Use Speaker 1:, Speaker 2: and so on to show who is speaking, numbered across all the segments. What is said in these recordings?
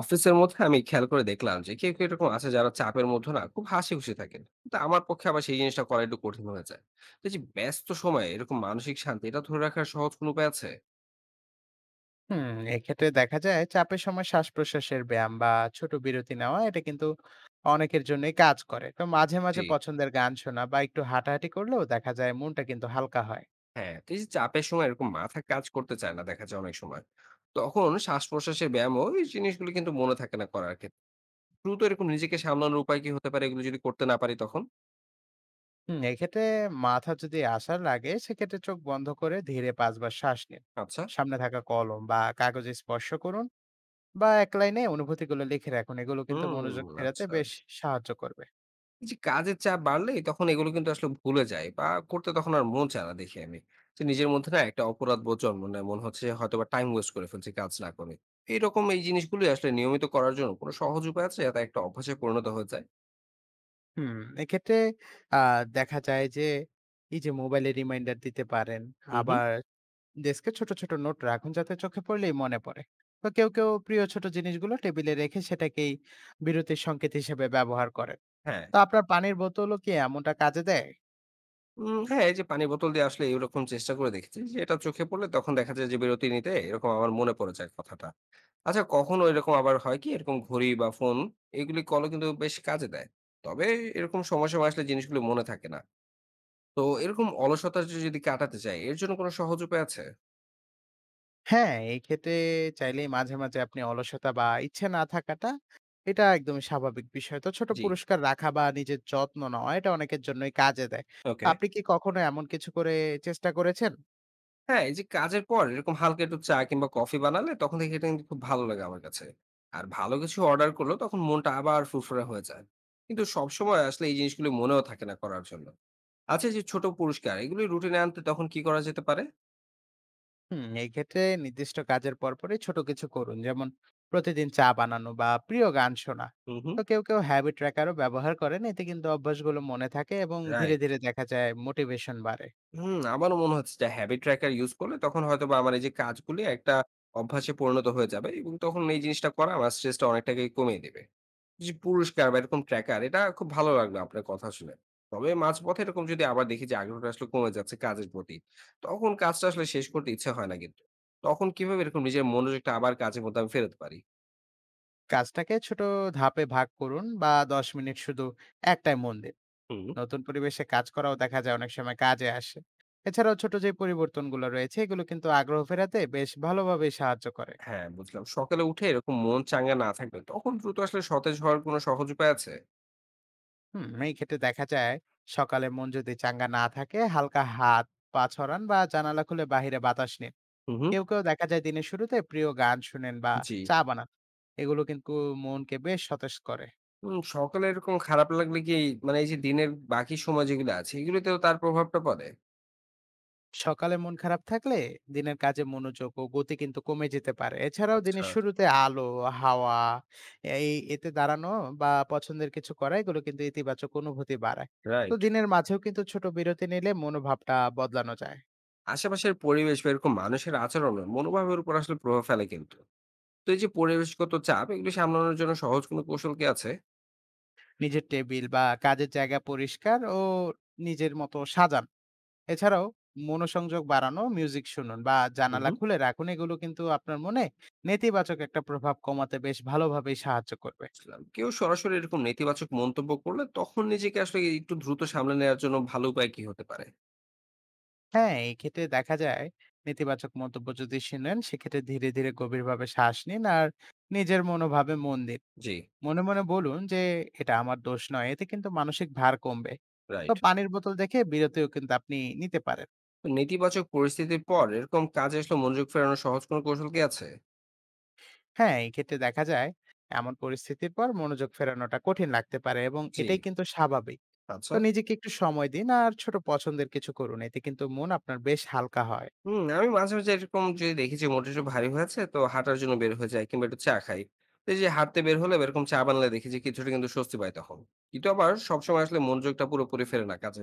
Speaker 1: অফিসের মধ্যে আমি খেয়াল করে দেখলাম যে কেউ কেউ এরকম আছে যারা চাপের মধ্যে না খুব হাসি খুশি থাকেন, কিন্তু আমার পক্ষে আবার সেই জিনিসটা করা একটু কঠিন হয়ে যায়। তো এই যে ব্যস্ত সময়ে এরকম মানসিক শান্তি এটা ধরে রাখার সহজ কোনো উপায় আছে?
Speaker 2: হুম এক্ষেত্রে দেখা যায় চাপের সময় শ্বাস প্রশ্বাসের ব্যায়াম বা ছোট বিরতি নেওয়া এটা কিন্তু অনেকের জন্যই কাজ করে। তো মাঝে মাঝে
Speaker 1: জি।
Speaker 2: পছন্দের গান শোনা বা একটু হাঁটাহাঁটি করলেও দেখা যায় মনটা কিন্তু হালকা হয়।
Speaker 1: হ্যাঁ, তো এই যে চাপের সময় এরকম মাথা কাজ করতে চায় না, দেখা যায় অনেক সময় তখন শ্বাস প্রশ্বাসের ব্যায়াম ওই জিনিসগুলো কিন্তু মনে থাকে না করার ক্ষেত্রে। দ্রুত এরকম নিজেকে সামলানোর উপায় কি হতে পারে এগুলো যদি করতে না পারি তখন?
Speaker 2: এক্ষেত্রে মাথা যদি আসার লাগে সেক্ষেত্রে চোখ বন্ধ করে ধীরে ৫ বার শ্বাস নিন।
Speaker 1: আচ্ছা।
Speaker 2: সামনে থাকা কলম বা কাগজে স্পর্শ করুন বা এক লাইনে অনুভূতিগুলো লিখে রাখুন। এগুলো কিন্তু
Speaker 1: হুম
Speaker 2: মনোযোগ ফেরাতে
Speaker 1: আচ্ছা,
Speaker 2: বেশ সাহায্য করবে।
Speaker 1: যে কাজের চাপ বাড়লে তখন এগুলো কিন্তু আসলে ভুলে যায় বা করতে তখন আর মন চায় না দেখি আমি। যে নিজের মধ্যে না একটা অপরাধ বোধ জন্ম নেয়, মনে হচ্ছে হয়তো বা টাইম ওয়েস্ট করে ফেলছি কাজ না করে। এরকম এই জিনিসগুলো আসলে নিয়মিত করার জন্য কোনো সহজ উপায় আছে যাতে একটা অভ্যাসে পরিণত হয়ে যায়?
Speaker 2: হুম এক্ষেত্রে দেখা যায় যে এই যে মোবাইলে রিমাইন্ডার দিতে পারেন।
Speaker 1: হুম। হুম।
Speaker 2: আবার ডেস্কে ছোট ছোট নোট রাখুন যাতে চোখে পড়লেই মনে পড়ে। তো কেউ কেউ প্রিয় ছোট জিনিসগুলো টেবিলে রেখে সেটাকেই বিরতির সংকেত হিসেবে ব্যবহার করেন।
Speaker 1: হ্যাঁ।
Speaker 2: তো আপনার পানির বোতলও কি এমনটা কাজে দেয়?
Speaker 1: হ্যাঁ, এই যে পানি বোতল দিয়ে আসলে এরকম চেষ্টা করে দেখেছি যে এটা চোখে পড়লে তখন দেখা যায় যে বিরতি নিতে এরকম আমার মনে পড়ে যায় কথাটা। আচ্ছা, কখনো এরকম আবার হয় কি এরকম ঘড়ি বা ফোন এগুলি কলও কিন্তু বেশ কাজে দেয়। তবে এরকম সময় সময় আসলে জিনিসগুলো মনে থাকে না। তো এরকম অলসতা যদি কাটাতে চাই, এর জন্য কোনো সহজ উপায় আছে?
Speaker 2: হ্যাঁ, এই ক্ষেত্রে চাইলেই মাঝে মাঝে আপনি অলসতা বা ইচ্ছে না থাকাটা, এটা একদমই স্বাভাবিক বিষয়। তো ছোট
Speaker 1: জি,
Speaker 2: পুরস্কার রাখা বা নিজের যত্ন নেওয়া এটা অনেকের জন্যই কাজে দেয়। তো
Speaker 1: ওকে।
Speaker 2: আপনি কি কখনো এমন কিছু করে চেষ্টা করেছেন?
Speaker 1: হ্যাঁ, এই যে কাজের পর এরকম হালকা একটু চা কিংবা কফি বানালে তখন দেখি এটা কিন্তু খুব ভালো লাগে আমার কাছে। আর ভালো কিছু অর্ডার করলেও তখন মনটা আবার ফুরফুরে হয়ে যায়। কিন্তু সবসময় আসলে এই জিনিসগুলো মনেও থাকে না করার জন্য। আচ্ছা, এই যে ছোট পুরস্কার এগুলো রুটিনে আনতে তখন কি করা যেতে পারে?
Speaker 2: এই ক্ষেত্রে নির্দিষ্ট কাজের পরপরই ছোট কিছু করুন, যেমন প্রতিদিন চা বানানো বা প্রিয় গান শোনা।
Speaker 1: হুম, হুম।
Speaker 2: তো কেউ কেউ হ্যাবিট ট্র্যাকারও ব্যবহার করেন, এতে কিন্তু অভ্যাসগুলো মনে থাকে এবং ধীরে
Speaker 1: রাইট।
Speaker 2: ধীরে দেখা যায় মোটিভেশন বাড়ে।
Speaker 1: হুম, আমারও মনে হচ্ছে যে হ্যাবিট ট্র্যাকার ইউজ করলে তখন হয়তোবা আমার এই যে কাজগুলি একটা অভ্যাসে পরিণত হয়ে যাবে এবং তখন এই জিনিসটা করা আমার স্ট্রেসটা অনেকটাকে কমিয়ে দেবে। যে পুরস্কার বা এরকম ট্র্যাকার এটা খুব ভালো লাগলো আপনার কথা শুনে। তবে মাঝপথে এরকম যদি আবার দেখি যে আগ্রহটা আসলে কমে যাচ্ছে কাজের প্রতি, তখন কাজটা আসলে শেষ করতে ইচ্ছে হয় না কিন্তু। তখন কিভাবে এরকম নিজের মনোযোগটা আবার কাজের মধ্যে আমি ফেরাতে পারি?
Speaker 2: কাজটাকে ছোট ধাপে ভাগ করুন বা ১০ মিনিট শুধু একটাই মন দিন।
Speaker 1: হুম।
Speaker 2: নতুন পরিবেশে কাজ করাও দেখা যায় অনেক সময় কাজে আসে। এছাড়াও ছোট যে পরিবর্তনগুলো রয়েছে এগুলো কিন্তু আগ্রহ ফেরাতে বেশ ভালোভাবেই সাহায্য করে।
Speaker 1: হ্যাঁ, বুঝলাম। সকালে উঠে এরকম মন চাঙ্গা না থাকলে তখন দ্রুত আসলে সতেজ হওয়ার কোনো সহজ উপায় আছে?
Speaker 2: এই ক্ষেত্রে দেখা যায় সকালে মন যদি চাঙ্গা না থাকে হালকা হাত পা ছড়ান বা জানালা খুলে বাইরে বাতাস নিন।
Speaker 1: হু, হুম।
Speaker 2: কেউ কেউ দেখা যায় দিনের শুরুতে প্রিয় গান শুনেন বা
Speaker 1: জি।
Speaker 2: চা বানান। এগুলো কিন্তু মনকে বেশ সতেজ করে।
Speaker 1: সকালে এরকম খারাপ লাগলে কি, মানে এই যে দিনের বাকি সময় যেগুলো আছে এগুলোতেও তার প্রভাবটা পড়ে?
Speaker 2: সকালে মন খারাপ থাকলে দিনের কাজে মনোযোগ ও গতি কিন্তু কমে যেতে পারে। এছাড়াও দিনের
Speaker 1: আচ্ছা।
Speaker 2: শুরুতে আলো, হাওয়া, এই এতে দাঁড়ানো বা পছন্দের কিছু করা এগুলো কিন্তু ইতিবাচক অনুভূতি বাড়ায়। তো
Speaker 1: রাইট।
Speaker 2: দিনের মাঝেও কিন্তু ছোট বিরতি নিলে মনোভাবটা বদলানো যায়।
Speaker 1: আশেপাশের পরিবেশ বা এরকম মানুষের আচরণের মনোভাবের উপর আসলে প্রভাব ফেলে কিন্তু। তো এই যে পরিবেশগত চাপ এগুলি সামলানোর জন্য সহজ কোনো কৌশল কি আছে?
Speaker 2: নিজের টেবিল বা কাজের জায়গা পরিষ্কার ও নিজের মতো সাজান। এছাড়াও মনোসংযোগ বাড়ানো মিউজিক শুনুন বা
Speaker 1: হুম।
Speaker 2: জানালা খুলে রাখুন। এগুলো কিন্তু আপনার মনে নেতিবাচক একটা প্রভাব কমাতে বেশ ভালোভাবেই সাহায্য করবে।
Speaker 1: বুঝলাম, কেউ সরাসরি এরকম নেতিবাচক মন্তব্য করলে তখন নিজেকে আসলে একটু দ্রুত সামলে নেওয়ার জন্য ভালো উপায় কি হতে পারে?
Speaker 2: হ্যাঁ, এই ক্ষেত্রে দেখা যায় নেতিবাচক মন্তব্য যদি শুনেন সেক্ষেত্রে ধীরে, ধীরে গভীরভাবে শ্বাস নিন আর নিজের মনোভাবে মন দিন।
Speaker 1: জি।
Speaker 2: মনে, মনে বলুন যে এটা আমার দোষ নয়। এতে কিন্তু মানসিক ভার কমবে। তো
Speaker 1: রাইট।
Speaker 2: পানির বোতল দেখে বিরতিও কিন্তু আপনি নিতে পারেন।
Speaker 1: তো নেতিবাচক পরিস্থিতির পর এরকম কাজে আসলে মনোযোগ ফেরানোর সহজ কোনো কৌশল কি আছে?
Speaker 2: হ্যাঁ, এই ক্ষেত্রে দেখা যায় এমন পরিস্থিতির পর মনোযোগ ফেরানোটা কঠিন লাগতে পারে এবং
Speaker 1: জি।
Speaker 2: এটাই কিন্তু স্বাভাবিক।
Speaker 1: আচ্ছা।
Speaker 2: তো নিজেকে একটু সময় দিন আর ছোট পছন্দের কিছু করুন। এতে কিন্তু মন আপনার বেশ হালকা হয়।
Speaker 1: হুম, আমি মাঝে, মাঝে এরকম যদি দেখি যে মনটা একটু ভারী হয়েছে তো হাঁটার জন্য বের হয়ে যাই কিংবা একটু চা খাই। তো এই যে হাঁটতে বের হলে বা এরকম চা বানালে দেখি যে কিছুটা কিন্তু স্বস্তি পাই তখন। কিন্তু আবার সবসময় আসলে মনোযোগটা পুরোপুরি ফেরে না কাজে।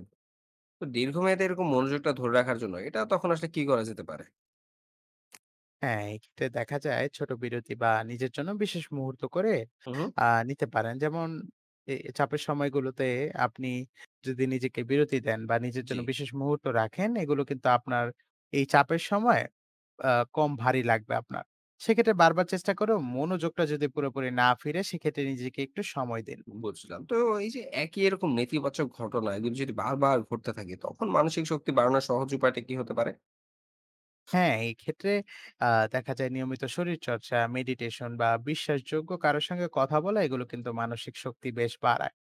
Speaker 1: তো দীর্ঘমেয়াদে এরকম মনোযোগটা ধরে রাখার জন্য এটা তখন আসলে কি করা যেতে পারে?
Speaker 2: হ্যাঁ, এক্ষেত্রে দেখা যায় ছোট বিরতি বা নিজের জন্য বিশেষ মুহূর্ত করে
Speaker 1: হু, হু।
Speaker 2: নিতে পারেন। যেমন এ- এ চাপের সময়গুলোতে আপনি যদি নিজেকে বিরতি দেন বা নিজের
Speaker 1: জি,
Speaker 2: জন্য বিশেষ মুহূর্ত রাখেন, এগুলো কিন্তু আপনার এই চাপের সময় কম ভারী লাগবে। আপনার সেক্ষেত্রে বারবার চেষ্টা করো, মনোযোগটা যদি পুরোপুরি না ফিরে সেক্ষেত্রে নিজেকে একটু সময় দিন।
Speaker 1: বুঝলাম। তো এই যে একই এরকম নেতিবাচক ঘটনা এগুলো যদি বারবার ঘটতে থাকে তখন মানসিক শক্তি বাড়ানোর সহজ উপায়টা কি হতে পারে?
Speaker 2: হ্যাঁ, এই ক্ষেত্রে দেখা যায় নিয়মিত শরীর চর্চা, মেডিটেশন বা বিশ্বাসযোগ্য কারোর সঙ্গে কথা বলা এগুলো কিন্তু মানসিক শক্তি বেশ বাড়ায়।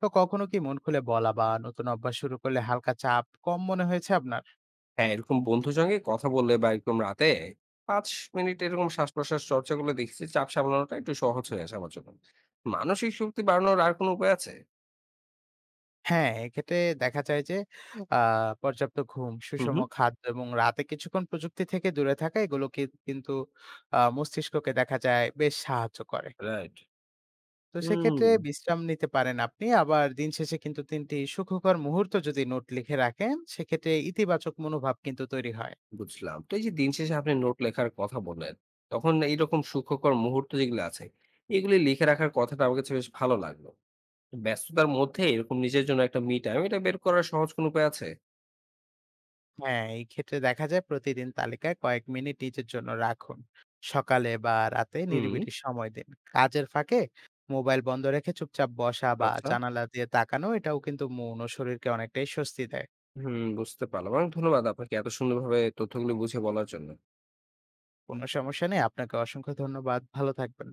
Speaker 2: তো কখনো কি মন খুলে বলা বা নতুন অভ্যাস শুরু করলে হালকা চাপ কম মনে হয়েছে আপনার?
Speaker 1: হ্যাঁ, এরকম বন্ধুর সঙ্গে কথা বললে বা এরকম রাতে ৫ মিনিট এরকম শ্বাস-প্রশ্বাস চর্চা করলে দেখছি চাপ সামলানোটা একটু সহজ হয়ে আসে আমার জন্য। মানসিক শক্তি বাড়ানোর আর কোনো উপায় আছে?
Speaker 2: হ্যাঁ, এক্ষেত্রে দেখা যায় যে আ পর্যাপ্ত ঘুম,
Speaker 1: হুম,
Speaker 2: সুষম
Speaker 1: হুম।
Speaker 2: খাদ্য এবং রাতে কিছুক্ষণ প্রযুক্তি থেকে দূরে থাকা এগুলো কি কিন্তু মস্তিষ্ককে দেখা যায় বেশ সাহায্য করে।
Speaker 1: রাইট।
Speaker 2: তো
Speaker 1: হুম,
Speaker 2: সেক্ষেত্রে বিশ্রাম নিতে পারেন আপনি। আবার দিন শেষে কিন্তু ৩ টি সুখকর মুহূর্ত যদি নোট লিখে রাখেন, সেক্ষেত্রে ইতিবাচক মনোভাব কিন্তু তৈরি হয়।
Speaker 1: বুঝলাম। তো এই যে দিন শেষে আপনি নোট লেখার কথা বললেন, তখন এইরকম সুখকর মুহূর্ত যেগুলো আছে, এগুলি লিখে রাখার কথাটা আমার কাছে বেশ ভালো লাগলো। ব্যস্ততার মধ্যে এরকম নিজের জন্য একটা মি টাইম এটা বের করার সহজ কোনো উপায় আছে?
Speaker 2: হ্যাঁ, এই ক্ষেত্রে দেখা যায় প্রতিদিন তালিকায় কয়েক মিনিট নিজের জন্য রাখুন। সকালে বা রাতে
Speaker 1: হুম,
Speaker 2: নিরিবিলি সময় দিন। কাজের ফাঁকে মোবাইল বন্ধ রেখে চুপচাপ বসা বা
Speaker 1: আচ্ছা।
Speaker 2: জানালা দিয়ে তাকানো এটাও কিন্তু মন ও শরীরকে অনেকটাই স্বস্তি দেয়।
Speaker 1: হুম, বুঝতে পারলাম। অনেক ধন্যবাদ আপনাকে এত সুন্দরভাবে তথ্যগুলো বুঝিয়ে বলার জন্য।
Speaker 2: কোনো সমস্যা নেই। আপনাকে অসংখ্য ধন্যবাদ। ভালো থাকবেন।